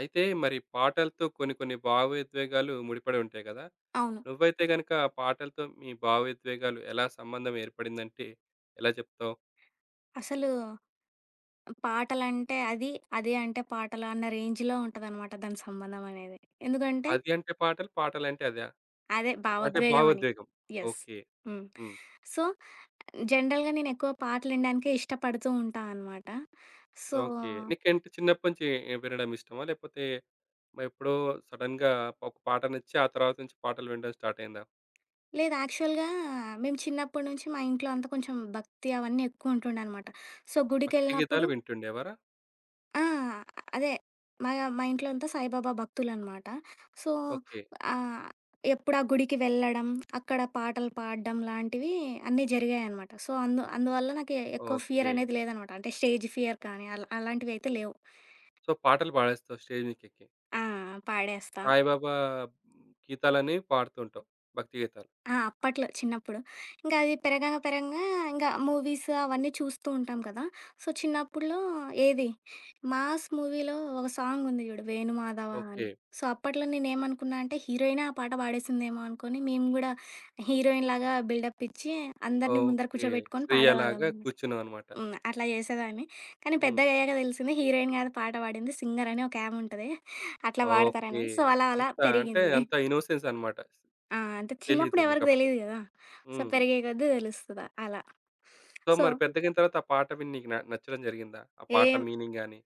అయితే మరి పాటలతో కొన్ని కొన్ని భావోద్వేగాలు ముడిపడి ఉంటాయి కదా! అవును. నువ్వైతే గనుక పాటలతో మీ భావోద్వేగాలు ఎలా సంబంధం ఏర్పడిందంటే ఎలా చెప్తావు? అసలు పాటలంటే అది, అదే అంటే పాటలు అన్న రేంజ్‌లో ఉంటదనమాట దాని సంబంధం అనేది. ఎందుకంటే 'అది' అంటే పాటలు, పాటలంటే అదా? అదే అంటే భావోద్వేగం అని. భావోద్వేగం. యెస్. ఓకే. హ్మ్. హ్మ్. సో, జనరల్‌గా నేనెక్కువ పాటలినడానికే ఇష్టపడుతూ ఉంటా అనమాట. So, okay. నీకేంటి చిన్నప్పటి నుంచి వినడం ఇష్టమా? లేకపోతే మరి ఎప్పుడో సడెన్‌గా ఒక పాట నచ్చి ఆ తర్వాత నుంచి పాటలు వినడం స్టార్ట్ అయిందా? లేదు యాక్చువల్‌గా మేము చిన్నప్పటి నుంచి మా ఇంట్లో అంతా కొంచెం భక్తి అవన్నీ ఎక్కువుంటుండనమాట. సో, భక్తి గుడికెళ్ళినప్పుడు గీతాలు వింటుండేవారా? ఆ! అదే. మా మా ఇంట్లో అంతా సాయిబాబా భక్తులనమాట. So, okay. ఆహ్, ఎప్పుడు ఆ గుడికి వెళ్ళడం, అక్కడ పాటలు పాడడం లాంటివి అన్నీ జరిగాయనమాట. సో, అందువల్ల నాకు ఎక్కువ ఓకే. ఫియర్ అనేది లేదనమాట. అంటే స్టేజ్ ఫియర్ కానీ అలాంటివైతే లేవు. సో, పాటలు పాడేస్తావు స్టేజ్ మీదకెక్కి. ఆ! పాడేస్తా. సాయిబాబా గీతాలని పాడుతుంటాం. భక్తి గీతాలు. ఆ! అప్పట్లో చిన్నప్పుడు. ఇంకా అది పెరగంగా, పెరగంగా ఇంకా మూవీస్ అవన్నీ చూస్తూ ఉంటాం కదా! సో, చిన్నప్పుడులో ఏది 'మాస్' మూవీలో ఒక సాంగ్ ఉంది చూడు 'వేణుమాధవ' ఓకే. అని. సో, అప్పట్లో నేనేమనుకున్నా అంటే హీరోయినే ఆ పాట పాడేసిందేమో అనుకోని మేము గూడా హీరోయిన్ లాగా బిల్డప్ ఇచ్చి అందరిని ముందర ఓకే. కూర్చోబెట్టుకొని 'శ్రేయ' లాగా పాడేవాళ్ళమనమాట. కూర్చున్నావనమాట. హ్మ్. అట్లా చేసేదాన్ని. కానీ హ్మ్. పెద్దగయ్యాక తెలిసింది హీరోయిన్ కాదు పాట పాడింది సింగర్ అని ఒక ఆమె ఉంటది. అట్లా ఓకే. పాడతారనేది. సో, అలా అలా అంతా అంటే పెరిగింది. అంత ఇన్నోసెన్స్ అనమాట. ఆ! అంటే తెలీదు చిన్నప్పుడు ఎవరికీ నీకప్పుడు. తెలీదు గదా! సో, హ్మ్. పెరిగే కొద్దీ తెలుస్తదా అలా. సో, సో, మరి పెద్దగయిన తర్వాత ఆ పాట విని నీకు నచ్చడం జరిగిందా? ఆ పాట ఏం మీనింగ్ గాని,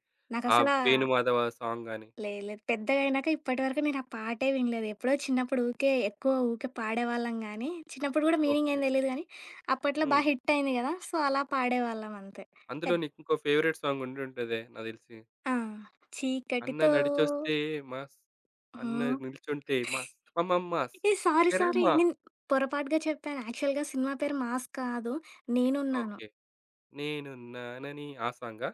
ఆ నాకసలా 'వేణుమాధవ' సాంగ్ గాని? లేదు, లేదు. పెద్దగయినాక ఇప్పటి వరకు నేను ఆ పాటే వినలేదు. ఎప్పుడో చిన్నప్పుడు ఊకే ఎక్కువ ఊకే పాడేవాళ్ళం గానీ, చిన్నప్పుడు గూడా మీనింగ్ ఏం ఓకే. తెలీదు గానీ, అప్పట్లో బా హ్మ్. హిట్ అయింది గదా! సో, అలా పాడేవాళ్ళం అంతే. అందులో పెద్ నీకింకో ఫేవరెట్ సాంగ్ ఉండుంటదే నాకు తెలిసి. ఆ! 'అన్న చీకటితో నడిచొస్తే మాస్, అన్న హ్మ్. నిల్చుంటే మాస్, మమమ్మాస్, ఏ సారీ సారీ. ఎరమ్మా.' నేను పొరపాటుగా చెప్పాను. యాక్చువల్‌గా సినిమా పేరు 'మాస్' కాదు. 'నేనున్నాను.' ఓకే. నేనున్నానని ఆ సాంగా?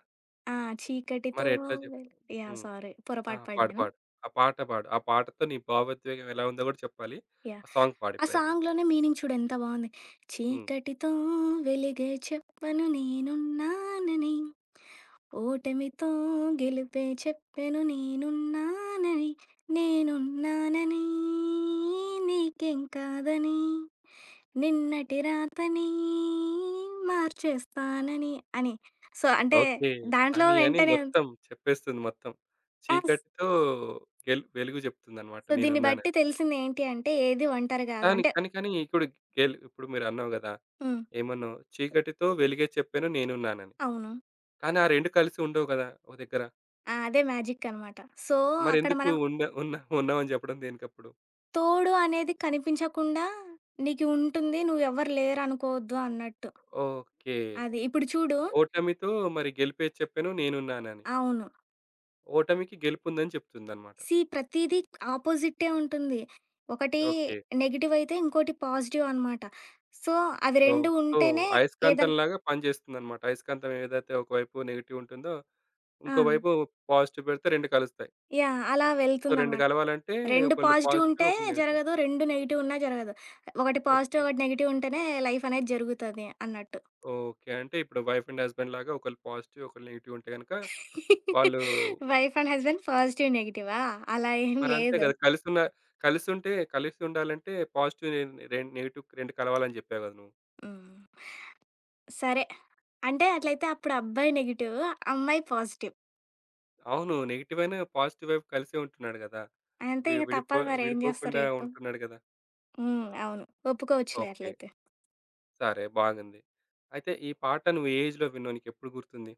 ఆ! 'చీకటితో మరి ఎట్లా చెప్పు? Well' yeah! హ్మ్. సారీ ఆ! పొరపాటు పాడు, పడినాను. పాడు. ఆ పాట పాడు. ఆ పాటతో నీ భావోద్వేగం ఎలా ఉందో గూడా చెప్పాలి. యాహ్! ఆ సాంగ్ ఆ పాడిప్పుడైతే. సాంగ్‌లోనే మీనింగ్ చూడు ఎంత బావుంది. హ్మ్. చీకటితో వెలిగే చెప్పను నేనున్నానని, ఓటమితో గెలుపే చెప్పెను నేనున్నానని, నేనున్నానని, నీకేం కాదని, నిన్నటి రాతని మార్చేస్తానని అని. సో, అంటే ఓకే. దాంట్లో అని అని వెంటనే మొత్తం చెప్పేస్తుంది మొత్తం. ఆ! చీకటితో గెల్ వెలుగు జెప్తుందనమాట సో, దీన్ని నేనున్నానని. బట్టి తెలిసిందేంటి అంటే, ఏది ఒంటరి గాదు. కానీ, అంటే కానీ, కానీ ఇప్పుడు గెల్ ఇప్పుడు మీరన్నావు గదా! హ్మ్. ఏమన్నావు? చీకటితో వెలుగే చెప్పాను నేనున్నానని. అవును. కానీ ఆ 2 కలిసి ఉండవు గదా! ఒక దగ్గర. ఆ! అదే మ్యాజిక్కనమాట. సో, అక్కడ మరెందుకు మనం ఉన్న ఉన్న ఉన్నామని జెప్పడం దేనికప్పుడు? తోడు అనేది కనిపించకుండా నీకు ఉంటుంది. నువ్వెవ్వరు లేరనుకోవద్దు అన్నట్టు. ఓకే. అది. ఇప్పుడు చూడు ఓటమితో మరి గెలిపే చెప్పాను నేనున్నానని. అవును. ఓటమికి గెలుపుందని చెప్తుందన్నమాట. సీ ప్రతీదీ ఆపోజిట్టే ఉంటుంది. ఒకటి ఓకే. నెగెటివ్ అయితే, ఇంకోటి పాజిటివ్ అనమాట. సో, అవి ఓహ్! 2 సో, ఉంటేనే ఏదన్ అయస్కాంతంలాగా పనిచేస్తుందన్నమాట. అయస్కాంతం ఏదైతే ఒకవైపు నెగెటివ్ ఉంటుందో, ఆ! ఇంకోవైపు పాజిటివ్ పెడితే 2 కలుస్తాయి. యాహ్! అలా సో, 2 వెళ్తుందనమాట. కలవాలంటే 2 ఒకళ్ళు పాజిటివ్ పాజిటివ్, ఉంటే ఒకళ్ళు నెగెటివ్. జరగదు. 2 నెగెటివ్ ఉన్నా జరగదు. ఒకటి ఓకే. పాజిటివ్, ఒకటి నెగెటివ్ ఉంటేనే లైఫ్ అనేది జరుగుతది అన్నట్టు. ఓకే. అంటే ఇప్పుడు వైఫ్ అండ్ హస్బాండ్ లాగా ఒకళ్ళు పాజిటివ్, ఒకళ్ళు నెగెటివ్ ఉంటే గనుక వాళ్ళు వైఫ్ అండ్ హస్బెండ్ పాజిటివ్, నెగెటివా? అలా ఏం మరంతే లేదు. గదా! కలిసున్న కలిసుంటే కలిసి ఉంటే కలిసి ఉండాలంటే పాజిటివ్, నె రెం నెగెటివ్ 2 కలవాలని జెప్పావు గదా! నువ్వు. హ్మ్. సరే. అంటే అట్లయితే అప్పుడు అబ్బాయి నెగెటివ్, అమ్మాయి పాజిటివ్. అవును. నెగెటివ్ అయినా పాజిటివ్ వైపు కలిసే ఉంటున్నాడు గదా! అంతే వి ఇక విడిపో తప్పదు మరి ఏం జేస్తారు విడిపోకుండా చెప్పు? ఉంటున్నాడు గదా! హ్మ్. అవును. ఒప్పుకోవచ్చులే ఓకే. అట్లయితే. సరే బాగుంది. అయితే ఈ పాట నువ్వు ఏ ఏజ్‌లో విన్నావు? నీకెప్పుడు గుర్తుంది?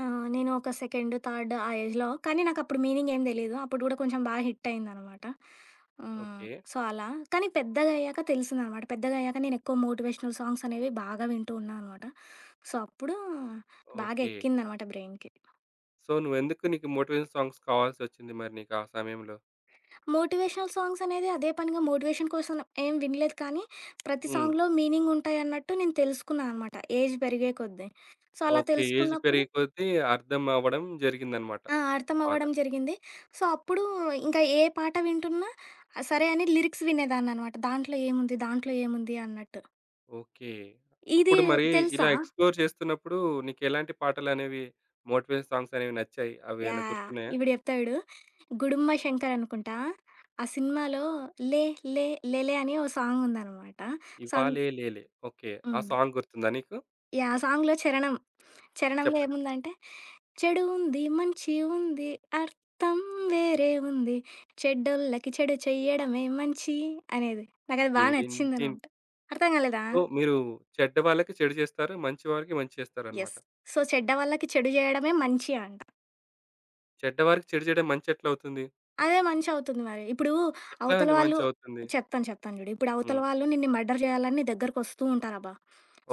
ఆ! నేను ఒక సెకండ్, థర్డ్ ఆ ఏజ్‌లో కానీ నాకప్పుడు మీనింగ్ ఏం తెలీదు. అప్పుడు గూడా కొంచెం బాగా హిట్ అయిందనమాట. హ్మ్. ఓకే. సో, అలా. కానీ పెద్దగయ్యాక తెలిసిందనమాట. పెద్దగయ్యాక నేనెక్కువ మోటివేషనల్ సాంగ్స్ అనేవి బాగా వింటూ ఉన్నా అనమాట. సో, అప్పుడు బాగా ఓకే. ఎక్కిందనమాట బ్రెయిన్‌కి. సో, నువ్వెందుకు నీకు మోటివేషన్ సాంగ్స్ కావాల్సొచ్చింది మరి నీకు ఆ సమయంలో? మోటివేషనల్ సాంగ్స్ అనేది అదే పనిగా మోటివేషన్ కోసం ఏం వినలేదు కానీ, ప్రతి హ్మ్. సాంగ్‌లో మీనింగ్ ఉంటాయన్నట్టు నేను తెలుసుకున్నా అనమాట ఏజ్ పెరిగే కొద్దీ. సో, అలా ఓకే. ఏజ్ తెలుసుకున్నప్పుడు పెరిగే కొద్దీ అర్థం అవ్వడం జరిగిందనమాట ఆ! బాగా. అర్థమవ్వడం జరిగింది. సో, అప్పుడు ఇంకా ఏ పాట వింటున్నా సరే అని లిరిక్స్ వినేదాన్ననమాట. దాంట్లో ఏముంది, దాంట్లో ఏముంది అన్నట్టు. ఓకే. ఇది అప్పుడు మరి ఇలా తెలుసా? ఎక్స్‌ప్లోర్ చేస్తున్నప్పుడు నీకెలాంటి పాటలనేవి మోటివేషన్ సాంగ్స్ అనేవి నచ్చాయి? అవేమైనా యాహ్! గుర్తున్నాయా? ఇప్పుడు చెప్తా చూడు. 'గుడుంబ శంకర్' అనుకుంటా. ఆ సినిమాలో 'లే లే లేలే' అని ఓ సాంగుందనమాట. సం 'ఇవ్వాలే లేలే' ఓకే. ఆ హ్మ్. సాంగ్ గుర్తుందా నీకు? యాహ్! ఆ సాంగ్‌లో చరణంలో చెప్పండి. ఏముందంటే, చెడు ఉంది, మంచి ఉంది, అర్థం వేరే ఉంది, చెడ్డోళ్ళకి చెడు చెయ్యడమే మంచి అనేది. నాకది బా టిడింటింతో నచ్చిందనమాట. అర్థం కాలేదా? మీరు చెడ్డ వాళ్ళకి చెడు చేస్తారు. మంచి వారికి మంచి చేస్తారన్నమాట. యెస్. సో, చెడ్డ వాళ్ళకి చెడు జేయడమే మంచి అంట. చెడ్డ వారికి చెడు చేయడం మంచి ఎట్లా అవుతుంది? అదే మంచవుతుంది మరి. ఇప్పుడు ఎట్లా అవతల వాళ్ళు మంచి అవుతుంది? చెప్తాను, చెప్తాను జూడు. ఇప్పుడు అవతల హ్మ్. వాళ్ళు నిన్ను మర్డర్ జేయాలని నీ దగ్గరకొస్తూ ఉంటారబ్బా!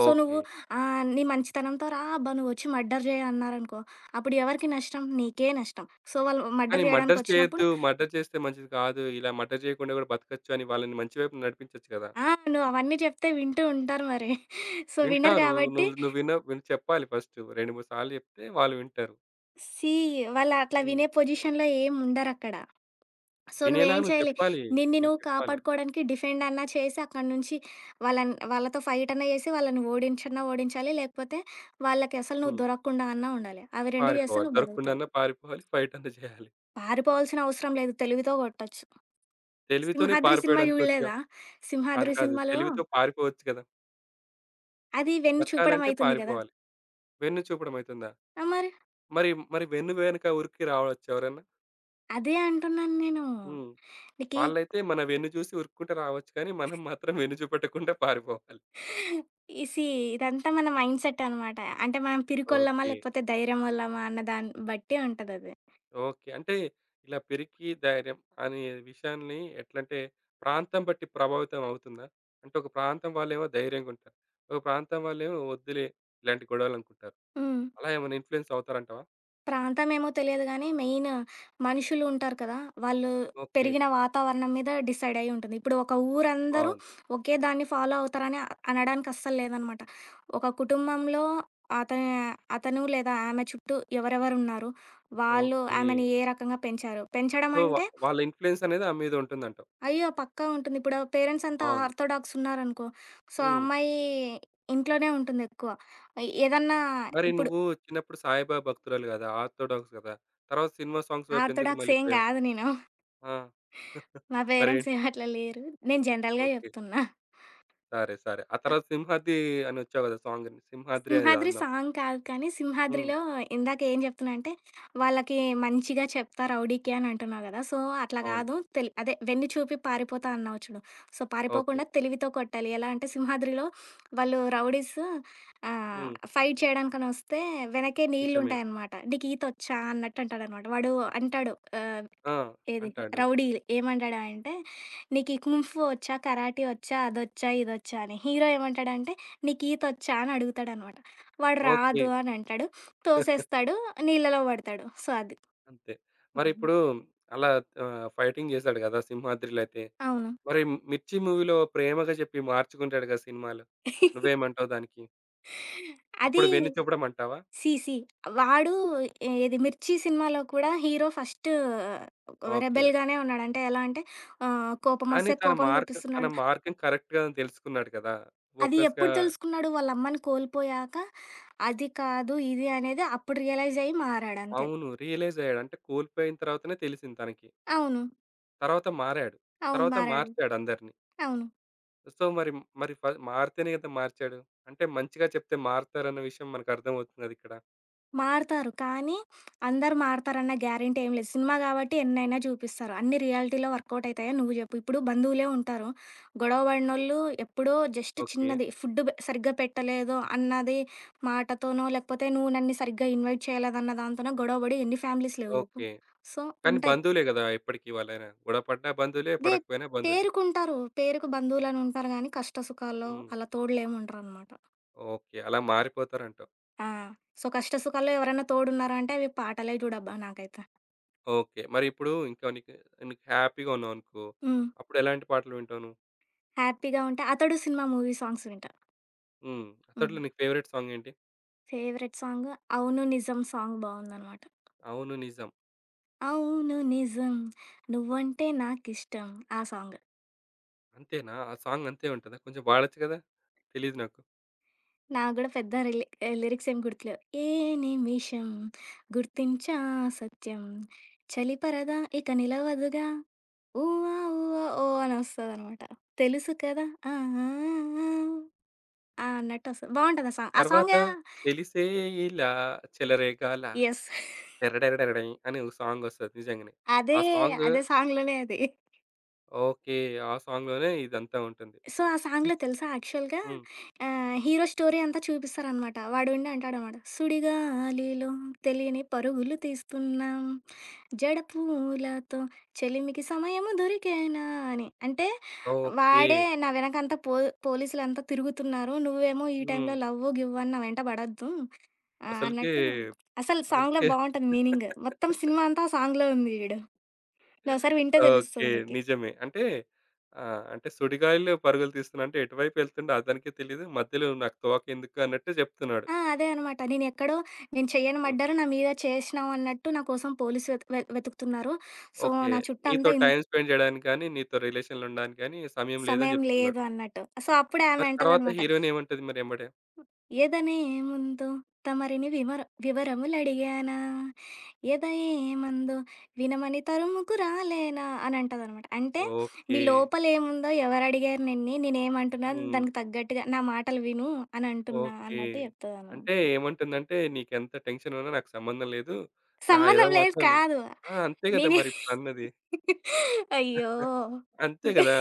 సో, నువ్వు ఓకే. నీ మంచితనంతో "రా అబ్బా! నువ్వొచ్చి మర్డర్ జేయి" అన్నారనుకో, అప్పుడు ఎవరికి నష్టం? నీకే నష్టం. సో, వాళ్ళు కానీ మర్డర్ మర్డర్ జేయడానికొచ్చినప్పుడు చేయొద్దు. మర్డర్ చేస్తే మంచిది కాదు. ఇలా మర్డర్ చేయకుండా కూడా బతకచ్చు అని వాళ్ళని మంచి వైపు నడిపించొచ్చు కదా! ఆ! నువ్వవన్నీ చెప్తే వింటూ ఉంటారు మరి. సో, వినరు వింటారు. కాబట్టి నువ్వు నువ్వు విను చెప్పాలి ఫస్ట్. 2, 3 సార్లు చెప్తే వాళ్ళు వింటారు. సీ వాళ్ళట్లా హ్మ్. వినే పొజిషన్‌లో ఏముండరక్కడ. సో, వినేలాగా నువ్వేం నువ్వు చేయాలి, చెప్పాలి. నిన్ని నువ్వు నువ్వు చెప్పాలి. కాపాడుకోవడానికి డిఫెండ్ అన్నా చేసి, అక్కడి నుంచి వాళ్ళన్ వాళ్ళతో ఫైటన్నా చేసి, వాళ్ళని ఓడించన్నా ఓడించాలి, లేకపోతే వాళ్ళకి అసలు నువ్వు హ్మ్. దొరకకుండా అన్నా ఉండాలి. అవి 2 చేస్తే పారిపోవాలి. నువ్వు బతుకుతావు. దొరకకుండాన్నా పారిపోవాలి. ఫైట్ అన్నా చేయాలి. పారిపోవాల్సిన అవసరం లేదు, తెలివితో కొట్టొచ్చు. తెలివితోనే సింహాద్రి సినిమా పారిపోయాడనుకోవచ్చుగా. చూడలేదా? కాదు సింహాద్రి కాదు. సినిమాలో తెలివితో పారిపోవచ్చు కదా! అది వెన్ను చూపడం బ్రతకాలంటే అయితుంది కదా! పారిపోవాలి. వెన్ను చూపడం అయితుందా? ఆ! మరి. మరి మరి వెన్ను వెనక ఉరికి రావచ్చా ఎవరన్నా? అదే అంటున్నాను నేను. హ్మ్. నీకి వాళ్ళైతే మన వెన్ను చూసి ఉరుక్కుంట రావచ్చు కానీ, మనం మాత్రం వెన్ను చూపెట్టకుండా పారిపోవాలి. ఈ సీ ఇదంతా మన మైండ్‌సెట్ అనమాట. అంటే మనం పిరికొల్లమా, ఓకే. లేకపోతే ధైర్యమోళ్ళమా అన్న దాన్ని బట్టి ఉంటదది. ఓకే. అంటే ఇలా పిరికి, ధైర్యం అనే విషయాన్ని ఎట్లంటే ప్రాంతం బట్టి ప్రభావితం అవుతుందా? అంటే ఒక ప్రాంతం వాళ్ళేమో ధైర్యంగుంటారు. ఒక ప్రాంతం వాళ్ళేమో వద్దులే ఇలాంటి గొడవలనుకుంటారు. హ్మ్. అలా ఏమైనా ఇన్‌ఫ్లూయెన్స్ అవుతారంటావా? ప్రాంతమేమో తెలియదు గానీ, మెయిన్ మనుషులు ఉంటారు కదా! వాళ్ళు ఓకే. పెరిగిన వాతావరణం మీద డిసైడ్ అయ్యి ఉంటుంది. ఇప్పుడు ఒక ఊరందరూ బావుంది. ఒకే దాన్ని ఫాలో అవుతారని అ- అనడానికి అస్సలు లేదనమాట. ఒక కుటుంబంలో అతని అతను లేదా ఆమె చుట్టూ ఎవరెవరున్నారు? వాళ్ళు ఓకే. ఆమెని ఏ రకంగా పెంచారు? పెంచడం సో, అంటే వాళ్ళ ఇన్‌ఫ్లూయన్స్ అనేది ఆమె మీద ఉంటుందంటావు. అయ్యో! పక్కా ఉంటుంది. ఇప్పుడు పేరెంట్స్ అంతా బావుంది. ఆర్థోడాక్స్ ఉన్నారనుకో, సో, ఆ హ్మ్. అమ్మాయి ఇంట్లోనే ఉంటుందెక్కువ. ఏదన్నా మరి ఇప్పుడు నువ్వు చిన్నప్పుడు సాయిబాబా భక్తురాలు గదా! ఆర్థోడాక్స్ గదా! తర్వాత సినిమా సాంగ్స్ వైపు ఎందుకు ఆర్థోడాక్స్ ఏం మళ్ళిపోయావు? గాదు నేను. ఆ! మా పేరెంట్స్ మరేంటి? ఏం అట్లా లేరు. నేను జనరల్‌గా ఓకే. జెప్తున్నా. సరే. సరే. ఆ తర్వాత 'సింహాద్రి' అని వచ్చావు గదా! సాంగ్ 'సింహాద్రి' అని సింహాద్రి అన్నావు. సాంగ్ కాదు కానీ, హ్మ్. సింహాద్రిలో ఇందాక ఏం జెప్తున్నా అంటే, వాళ్ళకి మంచిగా చెప్తా రౌడీకి అని అంటున్నావు గదా! సో, అట్లా అవును. గాదు తెలి అదే వెన్ను చూపి పారిపోతా అన్నావు చూడు. So, okay. పారిపోకుండా తెలివితో కొట్టాలి. ఎలా అంటే సింహాద్రిలో వాళ్ళు రౌడీస్ హ్మ్. ఫైట్ చేయడానికనొస్తే వెనకే నిజమే. నీళ్లుంటాయన్నమాట. "నీకు ఈతొచ్చా" అన్నట్టు అంటాడన్నమాట. వాడు అంటాడు ఆహ్ ఆ! ఏది? అంటాడు. 'రౌడీ' ఏమంటాడంటే, "నీకీ కుంఫు ఒచ్చా? కరాటీ ఒచ్చా? అదొచ్చా? ఇదొచ్చా?" అని. హీరో ఏమంటాడంటే, "నీకు ఈతొచ్చా?" అని అడుగుతాడనమాట. వాడు ఓకే. రాదు అని అంటాడు. తోసేస్తాడు, నీళ్ళలో పడతాడు. సో, అది. అంతే. అవునా? మరిప్పుడు అలా ఫైటింగ్ చేసాడు గదా! 'సింహాద్రి'లో అయితే. అవును. మరి 'మిర్చి' మూవీలో ప్రేమగా చెప్పి మార్చుకుంటాడు గదా! సినిమాలో. నువ్వేమంటావు దానికి? అది అప్పుడు వెన్ను చూపడం అంటావా? See see. వాడు ఏది 'మిర్చి' సినిమాలో కూడా హీరో ఫస్ట్ ఓకే. రెబెల్‌గానే ఉన్నాడు. అంటే ఎలా అంటే కానీ కోపమొస్తే తన కోపం మార్క్ తన చూపిస్తున్నాడు. మార్గం కరెక్ట్‌గా తెలుసుకున్నాడు కదా! అది ఫోకస్‌గా ఎప్పుడు తెలుసుకున్నాడు? వాళ్ళ అమ్మని కోల్పోయాక, అది కాదు, ఇది అనేది అప్పుడు రియలైజ్ అయ్యి మారాడంతే. అవును. రియలైజ్ అయ్యాడు. అంటే కోల్పోయిన తర్వాతనే తెలిసింది తనకి. అవును. తర్వాత మారాడు. అవును. తర్వాత మారాడు. మార్చాడు అందరిని. అవును. సో, మరి మరి ఫ మారితేనే కదా మార్చాడు. అంటే మంచిగా చెప్తే మారుతారన్న విషయం మనకర్థమవుతున్నదిక్కడ. మారతారు. కానీ అందరూ మారతారన్న గ్యారంటీ ఏం లేదు. సినిమా గాబట్టి ఎన్నైనా చూపిస్తారు. అన్నీ రియాలిటీలో వర్కౌట్ అయితాయని నువ్వు జెప్పు. ఇప్పుడు బంధువులే ఉంటారు. గొడవ పడినోళ్ళు ఎప్పుడో జస్ట్ ఓకే. చిన్నది ఫుడ్ బె సరిగ్గా పెట్టలేదో అన్నది మాటతోనో, లేకపోతే నువ్వు నన్ను సరిగ్గా ఇన్వైట్ చేయలేదన్న దాంతోనో గొడవ పడి ఎన్ని ఫ్యామిలీస్ లేవు జెప్పు. ఓకే. సో, కానీ ఉంటాయి. బంధువులే గదా! ఎప్పటికి వాళ్ళైనా. గొడవ పడ్డా బంధువులే, అదే పడకపోయినా బంధువులే. పేరుకుంటారు. పేరుకు బంధువులనుంటారు గానీ, కష్ట సుఖాల్లో హ్మ్. అలా తోడులేమి ఉండరనమాట. ఓకే. అలా మారిపోతారంటావు. ఆ! సో, కష్ట సుఖాల్లో ఎవరైనా తోడున్నారా అంటే, అవి పాటలే జూడబ్బా నాకైతే. ఓకే. మరి ఇప్పుడు ఇంకా నీకు నీకు హ్యాపీగా ఉన్నావనుకో, హ్మ్. అప్పుడు ఎలాంటి పాటలు వింటావు నువ్వు? హ్యాపీగా ఉంటే 'అతడు' సినిమా మూవీ సాంగ్స్ వింటా. హ్మ్. హ్మ్. అతడిలో నీకు ఫేవరెట్ సాంగ్ ఏంటి? ఫేవరెట్ సాంగ్ 'అవును నిజం' సాంగ్ బావుందనమాట. 'అవును నిజం.' అవును నిజం నువ్వంటే నాకిష్టం ఆ సాంగ్. అంతేనా? ఆ సాంగ్ అంతే ఉంటదా? కొంచెం వాడొచ్చు కదా? తెలీదు నాకు. నాకు గూడా పెద్ద రిలి లిరిక్స్ ఏం గుర్తులేవు. ఏ నిమిషం గుర్తించా సత్యం చలి పరదా ఇక నిలవదుగా ఊఆ ఊఆ ఓ అని వస్తదనమాట. తెలుసు కదా! ఆ! ఆ! ఆ! ఆ! అన్నట్టొస్తది. బావుంటది ఆ సాంగ్. ఆ తర్వాత సాంగా తెలిసే ఇలా చెలరేగాల యెస్. టెర్రడెరడెరడై అని ఒక సాంగ్ వస్తది నిజంగానే. ఆ అదే. సాంగ్ అదే సాంగ్‌లోనే అది. ఓకే. ఆ సాంగ్‌లోనే ఇదంతా ఉంటుంది. సో, ఆ సాంగ్‌లో ఇస్ తెలుసా యాక్చువల్‌గా హ్మ్. హీరో స్టోరీ అంతా చూపిస్తారనమాట. వాడుండి అంటాడనమాట. "సుడిగాలిలో తెలియని పరుగులు తీస్తున్నాం, జడపూలతో చెలిమికి సమయము దొరికేనా" అని. అంటే ఓకే. వాడే నా వెనకంతా పో పోలీసులంతా తిరుగుతున్నారు. నువ్వేమో ఈ హ్మ్. టైంలో లవ్వు, గివ్వు అని నా వెంట పడొద్దు అసలకి అన్నట్టు అసలు సాంగ్‌లో అసలకి బావుంటది మీనింగ్. మొత్తం సినిమా అంతా ఆ సాంగ్‌లో ఉంది చూడు. నువ్వొకసారి వింటే ఓకే. తెలుస్తది నీకి. నిజమే. అంటే అంటే సుడిగాలిలో పరుగులు తీస్తున్నా అంటే ఎటువైపు వెళ్తుండో అతనికే తెలీదు. మధ్యలో నాకు తోకెందుకు అన్నట్టు చెప్తున్నాడు. ఆ! అదే అనమాట. నేనెక్కడో నేను చెయ్యని హ్మ్. మర్డర్ నా మీద చేసినావు అన్నట్టు నా కోసం పోలీసు వెతుకుతున్నారు. So, okay. నా నీతో చుట్టంతా ఇన్ టైమ్ స్పెండ్ చేయడానికి గాని, నీతో రిలేషన్‌లో ఉండడానికి గాని సమయం లేదని సమయం చెప్తున్నాడు. లేదు అన్నట్టు. సో, అప్పుడే ఆమె మరి తర్వాత అంటదనమాట. హీరోయిన్ ఏమంటది మరి ఎమ్మటే? ఎదనేముందో తమరిని వివర వివరములడిగానా? ఎద ఏమందో వినమని తరుముకు రాలేనా? అని అంటదనమాట. అంటే నీ ఓకే. లోపలేముందో ఎవరడిగారు నిన్ని? నేనేమంటున్నాను హ్మ్. దానికి తగ్గట్టుగా నా మాటలు విను అని అంటున్నా ఓకే. అన్నట్టు చెప్తదనమాట. అంటే ఏమంటుందంటే నీకెంత టెన్షన్ ఉన్నా నాకు సంబంధం లేదు. నా ఏదో సంబంధం లేదు మాత్రం నువ్వు కాదు. ఆ! అంతే కదా! నేనే మరి ఇప్పుడన్నది. అయ్యో! అంతే గదా!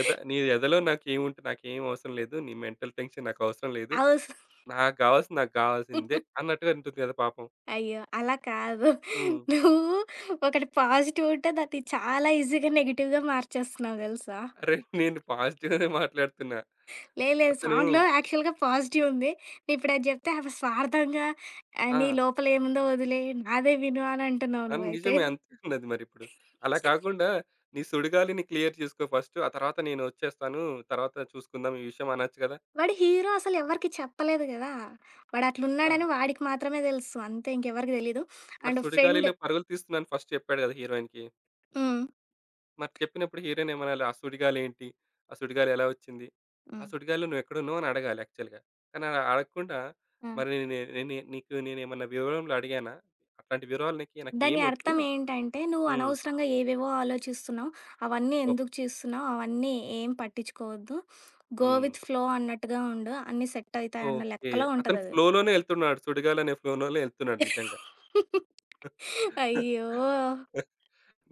ఎద నీ ఎదలో నాకేముంటే నాకేం అవసరం లేదు. నీ మెంటల్ టెన్షన్ నాకవసరం లేదు. అవుస్ నాకు గావాల్సింది నాకు గావాల్సిందే అన్నట్టుగా ఉంటుంది గదా పాపం. అయ్యో! అలా కాదు. హ్మ్. నువ్వు ఒకటి పాజిటివ్ ఉంటే దాన్ని చాలా ఈజీగా నెగెటివ్‌గా మార్చేస్తున్నావు తెలుసా? అరే! నేను పాజిటివ్‌గానే మాట్లాడుతున్నా. లేదు లేదు. అతను సాంగ్‌లో యాక్చువల్‌గా పాజిటివ్ ఉంది. నువ్వు ఇప్పుడది చెప్తే ఆమె స్వార్థంగా ఆ! నీ లోపల ఏముందో వదిలేయి నాదే విను అని అంటున్నావు నువ్వైతే. నిజమే అంతే అన్నది మరిప్పుడు. అలా కాకుండా నీ సుడిగాలిని క్లియర్ చేసుకో ఫస్ట్. ఆ తర్వాత నేనొచ్చేస్తాను. తర్వాత చూసుకుందాం ఈ విషయం అనొచ్చు గదా! వాడు హీరో అసలు ఎవరికీ చెప్పలేదు గదా! వాడు ఆ! అట్లున్నాడని వాడికి మాత్రమే తెలుసు. అంతే ఇంకెవరికీ తెలీదు. మరి అండ్ ఫ్రెండ్ సుడిగాలిలో పరుగులు తీస్తున్నాను ఫస్ట్ చెప్పాడు గదా హీరోయిన్‌కి. హ్మ్. మరి చెప్పినప్పుడు హీరోయిన్ ఏమనాలి? ఆ సుడిగాలేంటి? ఆ సుడిగాలి ఎలా వచ్చింది? ఆ హ్మ్. సుడిగాలిలో నువ్వెక్కడున్నావు అని అడగాలి యాక్చువల్‌గా. కానీ అలా అడగకుండా ఆ! మరి నే నే నీకు నేనేమన్నా వివరంలు అడిగానా? అట్లాంటి వివరాలు నీకి దాని నాకేమొద్దు. అర్థం ఏంటంటే, నువ్వు హ్మ్. అనవసరంగా ఏవేవో ఆలోచిస్తున్నావు. అవన్నీ ఓకే. ఎందుకు చేస్తున్నావు? అవన్నీ ఏం పట్టించుకోవద్దు. గో హ్మ్. విత్ ఫ్లో అన్నట్టుగా ఉండు. అన్నీ సెట్ అయితాయన్న ఓకే. లెక్కలో అతను ఉంటదది. ఫ్లోలోనే ఎళ్తున్నాడు. సుడిగాలనే ఫ్లోలోనే ఎళ్తున్నాడు నిజంగా. అయ్యో!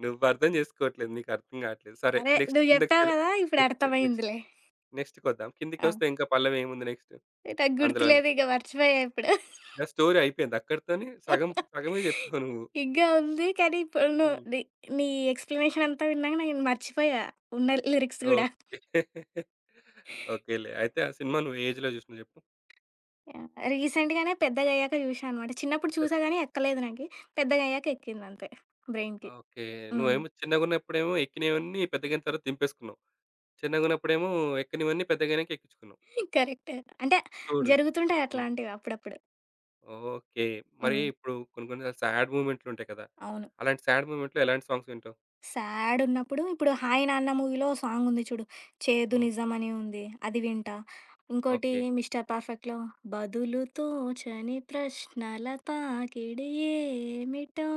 నువ్వర్థం చేసుకోవట్లేదు. నీకర్థం కావట్లేదు. సరే అరే! నెక్స్ట్ నువ్వు కిందకి జెప్పావు గదా! ఇప్పుడు నెక్స్ట్ నెక్స్ట్ అర్థమైందిలే. నెక్స్ట్‌కొద్దాం. ఆ! కిందకొస్తే ఇంకా పల్లవేముంది నెక్స్ట్ నాకు అందులోనే? గుర్తులేదు ఇక మర్చిపోయా ఇప్పుడు. నా స్టోరీ అయిపోయింది. అక్కడితోని సగం సగమే జెప్పావు నువ్వు. ఇంకా ఉంది. కానీ ఇప్పుడు నువ్వు హ్మ్. నీ నీ ఎక్స్‌ప్లనేషన్ అంతా విన్నాక నేను మర్చిపోయా ఉన్న లిరిక్స్ ఓకే. గూడా. ఓకేలే. అయితే ఆ సినిమా నువ్వు ఏ ఏజ్‌లో జూసినవు జెప్పు? యాహ్! రీసెంట్‌గానే పెద్దగయ్యాక చూశా అనమాట. చిన్నప్పుడు పెద్ చూసా గానీ ఎక్కలేదు నాకి. పెద్దగయ్యాక ఎక్కిందంతే బ్రెయిన్‌కి. ఓకే. హ్మ్. నువ్వేమో చిన్నగున్నప్పుడేమో ఎక్కినవన్నీ పెద్దగయిన తర్వాత దింపేసుకున్నావు. చిన్నగున్నప్పుడేమో ఎక్కనివన్నీ పెద్దగయినాక ఎక్కించుకున్నావు. కరెక్ట్. అంటే చూడు. జరుగుతుంటాయి హ్మ్. అట్లాంటివి అప్పుడప్పుడు. ఓకే. మరి హ్మ్. ఇప్పుడు కొన్ని కొన్ని సార్లు సాడ్ మూమెంట్లుంటాయి కదా! అవును. అలాంటి సాడ్ మూమెంట్‌లో ఎలాంటి సాంగ్స్ వింటావు? సాడున్నప్పుడు ఇప్పుడు 'హాయ్ నాన్న' మూవీలో సాంగుంది చూడు. 'చేదు హ్మ్. నిజం' అని ఉంది. అది వింటా. ఇంకోటి ఓకే. 'మిస్టర్ పర్ఫెక్ట్‌లో' బదులు తోచని ప్రశ్నల తాకిడి ఏమిటో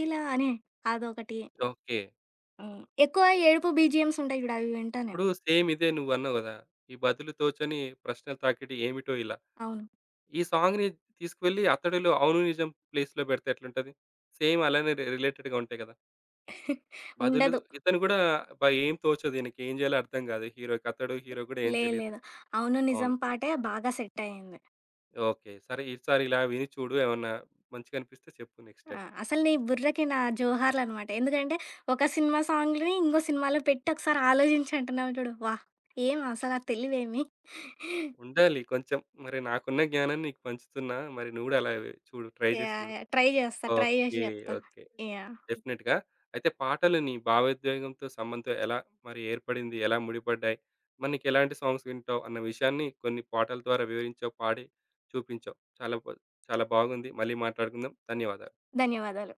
ఇలా అని అదొకటి. ఓకే. హ్మ్. ఎక్కువ ఏడుపు బీజీఎమ్స్ ఉంటాయి చూడు అవి వింటా ఇప్పుడు నేను. సేమ్ ఇదే నువ్వన్నావు గదా! ఈ బదులు తోచని ప్రశ్నల తాకిడి ఏమిటో ఇలా. అవును. ఈ సాంగ్‌ని తీసుకువెళ్ళి అతడులో 'అవును నిజం' ప్లేస్‌లో పెడితే ఎట్లుంటది? సేమ్ అలానే రిలేటెడ్‌గా ఉంటాయి కదా! బదులు ఉండదు. ఇతను గూడా అబ్బా! ఏం తోచదు ఈయనకి ఏం చేయాలో అర్థం కాదు హీరోకి. అతడు హీరో గూడా ఏం లే తెలీదు. లేదు. 'అవును అవును. నిజం' పాటే బాగా సెట్టయింది. ఓకే. సరే ఈసారి ఇలా విని చూడు. ఏమన్నా మంచిగా అనిపిస్తే చెప్పు నెక్స్ట్ ఆ! టైమ్. అసలు నీ బుర్రకి నా జోహార్లనమాట. ఎందుకంటే, ఒక సినిమా సాంగ్‌ని ఇంకో సినిమాలో పెట్టి ఒకసారి ఆలోచించి అంటున్నావు చూడు. వాహ్! ఏమి అసలు ఆ తెలివేమి? ఉండాలి కొంచెం. మరి నాకున్న జ్ఞానాన్ని నీకు పంచుతున్నా. మరి నువ్వు గూడా అలా చూడు ట్రై చేసి యాహ్! చూడు. యాహ్! ట్రై చేస్తా. ట్రై చేసి ఓకే. చెప్తా. ఓకే. యాహ్! డెఫినెట్‌గా. అయితే పాటలు నీ భావోద్వేగంతో సంబంధం ఎలా మరి ఏర్పడింది? ఎలా ముడిపడ్డాయి? మరి నీకెలాంటి సాంగ్స్ వింటావు? అన్న విషయాన్ని కొన్ని పాటల ద్వారా వివరించావు, పాడి చూపించావు. చాలా బాగుంది. మళ్ళీ మాట్లాడుకుందాం. ధన్యవాదాలు. ధన్యవాదాలు.